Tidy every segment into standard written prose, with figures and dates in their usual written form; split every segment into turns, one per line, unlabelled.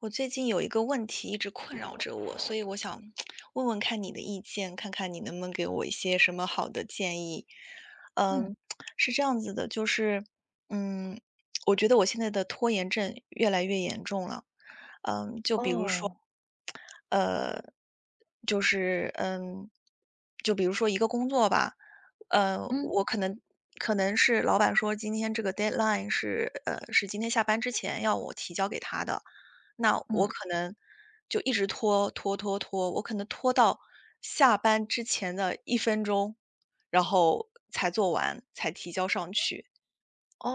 我最近有一个问题一直困扰着我，所以我想 问问看你的意见，看看你能不能给我一些什么好的建议。
嗯，
嗯，是这样子的，就是，嗯，我觉得我现在的拖延症越来越严重了。
哦。
呃，就是嗯，就比如说一个工作吧，
嗯，
我可能可能是老板说今天这个 deadline 是是今天下班之前要我提交给他的，那我
嗯。
可能就一直拖拖拖拖，我可能拖到下班之前的1分钟，然后才做完，才提交上去。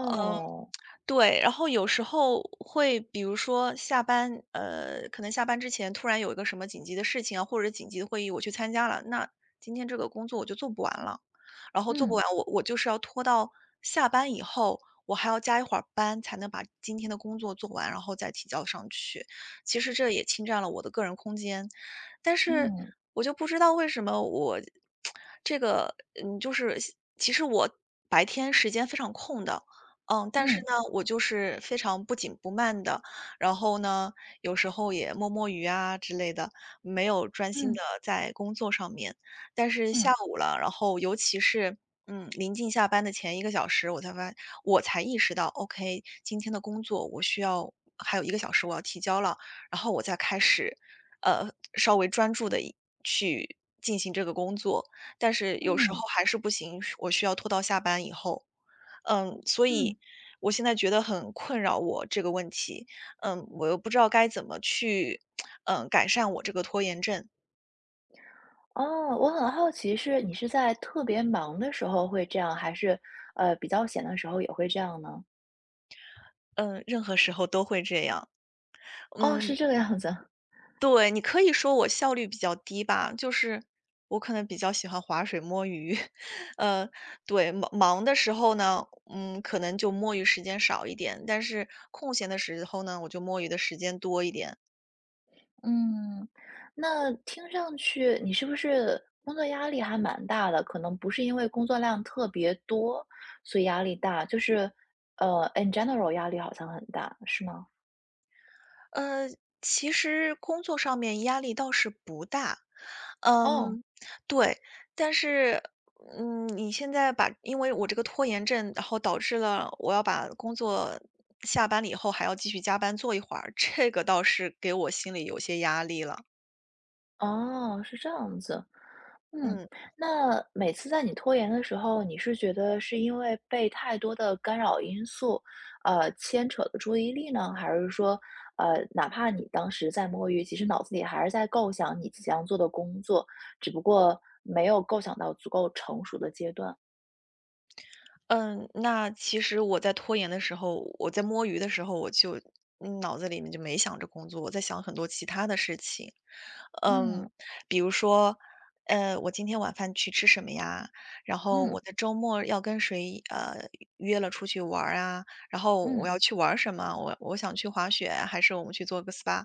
嗯。对，然后有时候会比如说下班，可能下班之前突然有一个什么紧急的事情啊，或者紧急的会议我去参加了，那今天这个工作我就做不完了，然后做不
嗯，
完，我就是要拖到下班以后，我还要加一会儿班才能把今天的工作做完，然后再提交上去。其实这也侵占了我的个人空间，但是
嗯，
我就不知道为什么我 这个，嗯，就是其实我白天时间非常空的。嗯，但是
嗯，
呢，我就是非常不紧不慢的，然后呢，有时候也摸摸鱼啊之类的，没有专心
嗯，
的在工作上面。但是下
嗯，
午了，然后尤其是，嗯，临近下班的前一个小时，我才意识到，OK，今天的工作我需要还有一个小时我要提交了，然后我再开始，呃，稍微专注的去进行这个工作，但是有时候
嗯，
还是不行，我需要拖到下班以后。嗯，所
嗯。
以我现在觉得很困扰我这个问题，嗯，我又不知道该怎么去，嗯，改善我这个拖延症，
哦，我很好奇是你是在特别忙的时候会这样，还是，比较闲的时候也会这样呢？
嗯，任何时候都会这样，
哦，
嗯，
是这个样子。
对，你可以说我效率比较低吧，就是我可能比较喜欢划水摸鱼，呃，对，忙忙的时候呢，嗯，可能就摸鱼时间少一点，但是空闲的时候呢，我就摸鱼的时间多一点，
嗯，那听上去你是不是工作压力还蛮大的？可能不是因为工作量特别多，所以压力大，就是，in general 压力好像很大，是吗？
呃，其实工作上面压力倒是不大。
哦，
嗯，对，但是，嗯，你现在把因为我这个拖延症，然后导致了我要把工作下班了以后还要继续加班做一会儿，这个倒是给我心里有些压力了。
哦，是这样子。嗯，
嗯。
那每次在你拖延的时候，你是觉得是因为被太多的干扰因素，牵扯了注意力呢？还是说，哪怕你当时在摸鱼，其实脑子里还是在构想你即将做的工作，只不过没有构想到足够成熟的阶段？
嗯，那其实我在拖延的时候，我在摸鱼的时候，我就嗯脑子里面就没想着工作，我在想很多其他的事情。嗯，
嗯
比如说，我今天晚饭去吃什么呀？然后
嗯
我在周末要跟谁约了出去玩儿啊？然后我
嗯
要去玩儿什么？我想去滑雪啊，还是我们去做个 SPA？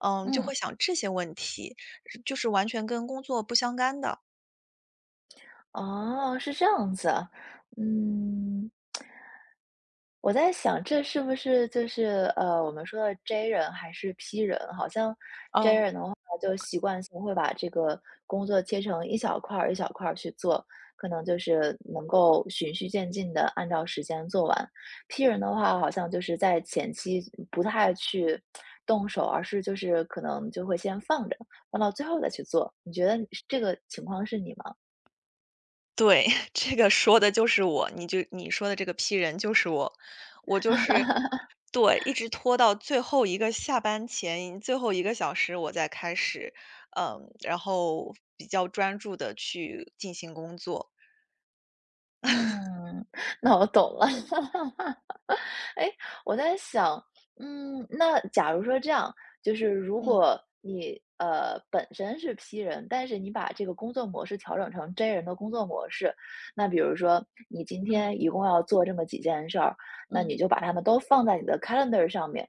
嗯，就
嗯。
会想这些问题，就是完全跟工作不相干的。
哦，是这样子啊。嗯。我在想，这是不是就是我们说的 J 人还是 P 人？好像 J
哦，
人的话，就习惯性会把这个工作切成一小块儿一小块儿去做，可能就是能够循序渐进的按照时间做完。P 人的话，好像就是在前期不太去动手，而是就是可能就会先放着，放到最后再去做。你觉得这个情况是你吗？
对，这个说的就是我，你说的这个 P 人就是我。我就是 对，一直拖到最后一个下班前，最后一个小时我再开始，嗯，然后比较专注的去进行工作。
嗯，那我懂了，哈哈哈。哎，我在想，嗯，那假如说这样，就是如
嗯，
果你本身是 P 人，但是你把这个工作模式调整成 J 人的工作模式，那比如说你今
嗯，
天一共要做这么几件事儿，那
嗯。
你就把它们都放在你的 calendar 上面。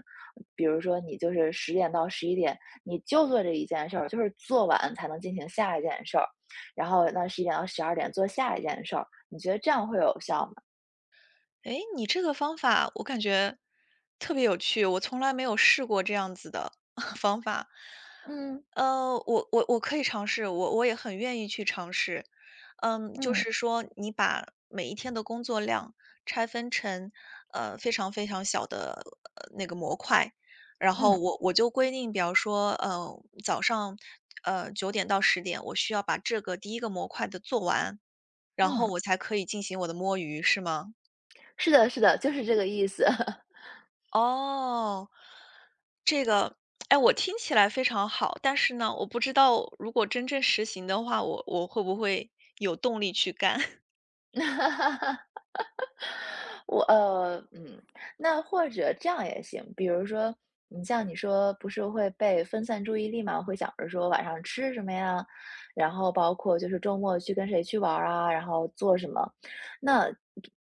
比如说你就是十点到十一点，你就做这一件事儿，就是做完才能进行下一件事儿，然后那十一点到十二点做下一件事儿，你觉得这样会有效吗？
诶，你这个方法我感觉特别有趣，我从来没有试过这样子的 方法。
嗯
我我可以尝试，我也很愿意去尝试。嗯，就
嗯
是说你把每一天的工作量拆分成非常非常小的那个模块，然后
嗯
我就规定，比方说早上9点到10点，我需要把这个第一个模块的做完，然后
嗯。
我才可以进行我的摸鱼，是吗？
是的是的，就是这个意思。
哦，这个，哎，我听起来非常好，但是呢，我不知道如果真正实行的话，我会不会有动力去干？
我呃，嗯，那或者这样也行，比如说，你像你说不是会被分散注意力嘛，会想着说晚上吃什么呀，然后包括就是周末去跟谁去玩儿啊，然后做什么。那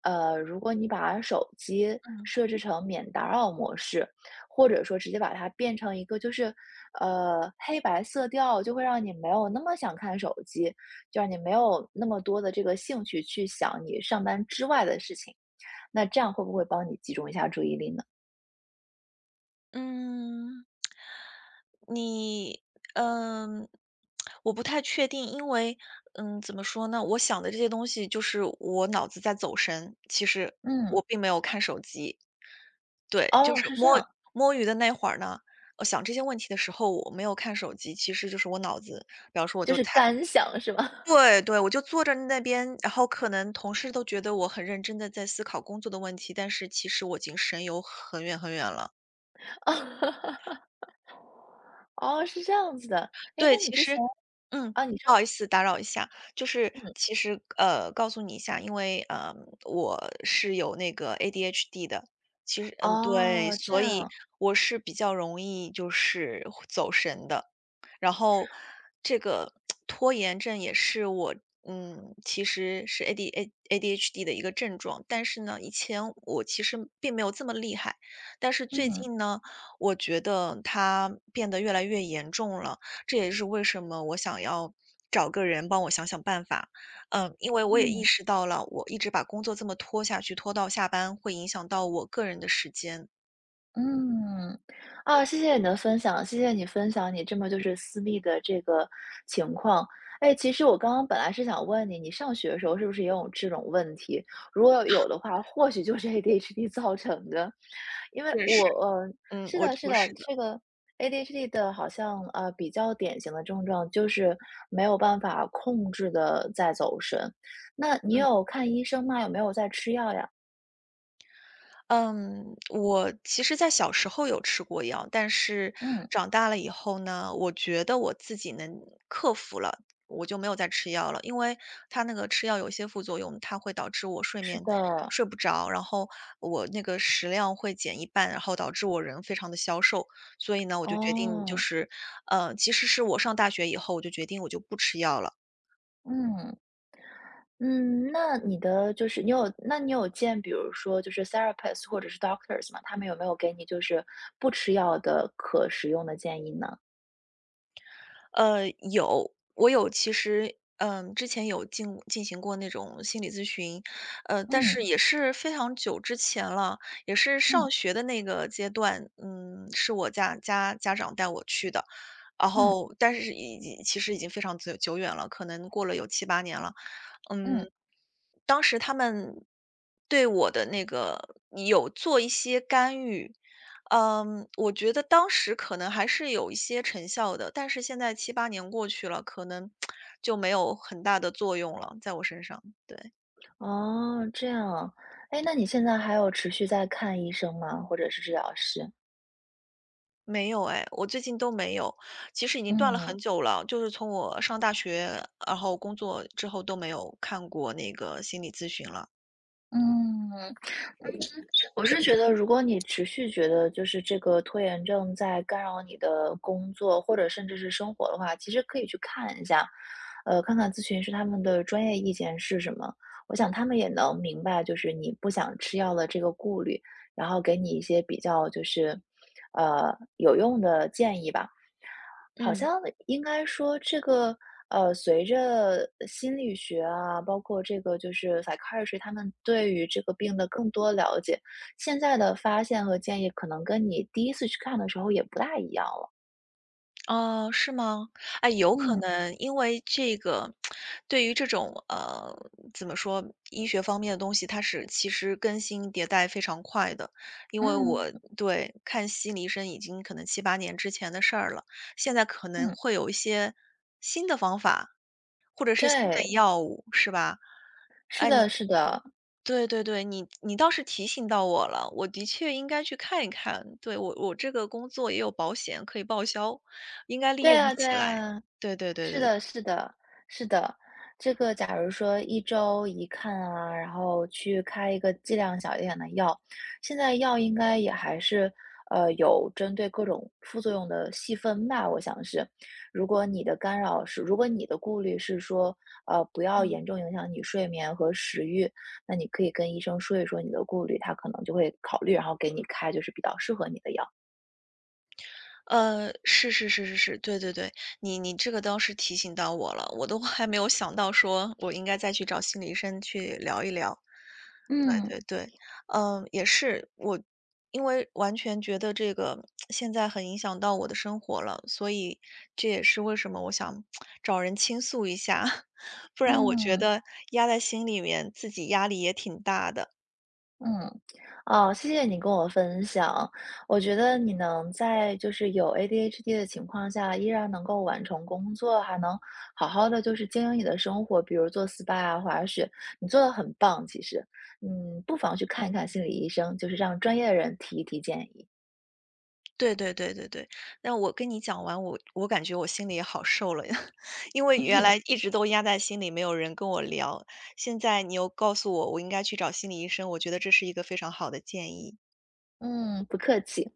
如果你把手机
嗯。
设置成免打扰模式，或者说直接把它变成一个就是黑白色调，就会让你没有那么想看手机，就让你没有那么多的这个兴趣去想你上班之外的事情。那这样会不会帮你集中一下注意力呢？
嗯，你，嗯，我不太确定，因为，嗯，怎么说呢？我想的这些东西就是我脑子在走神，其实
嗯，
我并没有看手机。对，就
哦，
是
是这
摸
样，
摸鱼的那会儿呢，我想这些问题的时候，我没有看手机，其实就是我脑子，比方说我
就
就
是
太
干想是吧？
对对，我就坐在那边，然后可能同事都觉得我很认真的在思考工作的问题，但是其实我已经神游很远很远了。
哦，是这样子的。哎，
对，
那你
其
之前
实嗯，
啊，你
不
说，
好意思打扰一下，就是
嗯，
其实，告诉你一下，因为，我是有那个 ADHD 的，其实嗯，对，
哦，这
所以
样，
我是比较容易就是走神的。然后这个拖延症也是我，嗯，其实是 A D A ADHD 的一个症状，但是呢，以前我其实并没有这么厉害，但是最
嗯，
近呢，我觉得它变得越来越严重了，这也是为什么我想要找个人帮我想想办法。嗯，因为我也意
嗯。
识到了，我一直把工作这么拖下去，拖到下班会影响到我个人的时间。
嗯，啊，谢谢你的分享，谢谢你分享你这么就是私密的这个情况。哎，其实我刚刚本来是想问你，你上学的时候是不是也有这种问题？如果有的话，或许就是 ADHD 造成的。因为
我也是，
我，
嗯，
是
我
的，是
我
的，
是的，
这个 ADHD 的好像比较典型的症状就是没有办法控制的在走神。那你
嗯。
有看医生吗？有没有在吃药呀？
嗯，我其实在小时候有吃过药，但是
嗯，
长大了以后呢，我觉得我自己能克服了，我就没有再吃药了。因为它那个吃药有一些副作用，它会导致我睡
是
眠
的，
睡不着，然后我那个食量会减一半，然后导致我人非常的消瘦。所以呢，我就决定就
哦，
是，其实是我上大学以后，我就决定我就不吃药了。
嗯。嗯，那你的就是你有那你有见比如说就是 therapist 或者是 doctors 吗？他们有没有给你就是不吃药的可食用的建议呢？
呃，有，我有其实，嗯，之前有进行过那种心理咨询，但是
嗯
也是非常久之前了，也是上
嗯
学的那个阶段，嗯，是我家家长带我去的，然
嗯
后但是已经其实已经非常久久远了，可能过了有七八年了，嗯，
嗯，
当时他们对我的那个有做一些干预，嗯，我觉得当时可能还是有一些成效的，但是现在七八年过去了，可能 就没有很大的作用了，在我身上，对。
哦，这样啊。哎，那你现在还有持续在看医生吗？或者是治疗师？
没有哎，我最近都没有，其实已经断了
嗯。
很久了，就是从我上大学，然后工作之后都没有看过那个心理咨询了。
嗯，嗯我是觉得，如果你持续觉得就是这个拖延症在干扰你的工作或者甚至是生活的话，其实可以去看一下，看看咨询师他们的专业意见是什么。我想他们也能明白，就是你不想吃药的这个顾虑，然后给你一些比较就是，有用的建议吧。好
嗯。
像应该说这个，随着心理学啊，包括这个就是 psychiatry,他们对于这个病的更多了解，现在的发现和建议可能跟你第一次去看的时候也不大一样了。
哦，是吗？哎，有可
嗯，
能，因为这个，对于这种怎么说，医学方面的东西，它是其实更新迭代非常快的。因为我
嗯，
对看心理医生已经可能七八年之前的事儿了，现在可能
嗯，
会有一些新的方法，或者是新
对，
的药物，是吧？
是的是的，
对对对，你你倒是提醒到我了，我的确应该去看一看。对，我这个工作也有保险可以报销，应该利
对
用
啊对
起来。
啊。
对对对
是
对，
的，是的，是的。这个假如说一周一看啊，然后去开一个剂量小一点的药，现在药应该也还是，有针对各种副作用的细分吧，我想是。如果你的顾虑是说，不要
嗯，
严重影响你睡眠和食欲，那你可以跟医生说一说你的顾虑，他可能就会考虑，然后给你开就是比较适合你的药。
呃，是是是是是，对对对，你你这个倒是提醒到我了，我都还没有想到说我应该再去找心理医生去聊一聊。对
嗯，
对对，嗯，也是我，因为完全觉得这个现在很影响到我的生活了，所以这也是为什么我想找人倾诉一下，不然我觉
嗯。
得压在心里面，自己压力也挺大的。
嗯，哦，谢谢你跟我分享。我觉得你能在就是有 ADHD 的情况下，依然能够完成工作，还能好好的就是经营你的生活，比如做 SPA 啊、滑雪，你做的很棒。其实，不妨去看一看心理医生，就是让专业的人提一提建议。
对对对对对，那我跟你讲完，我感觉我心里也好受了，呀，因为原来一直都压在心里，没有人跟我聊，现在你又告诉我，我应该去找心理医生，我觉得这是一个非常好的建议。
嗯，不客气。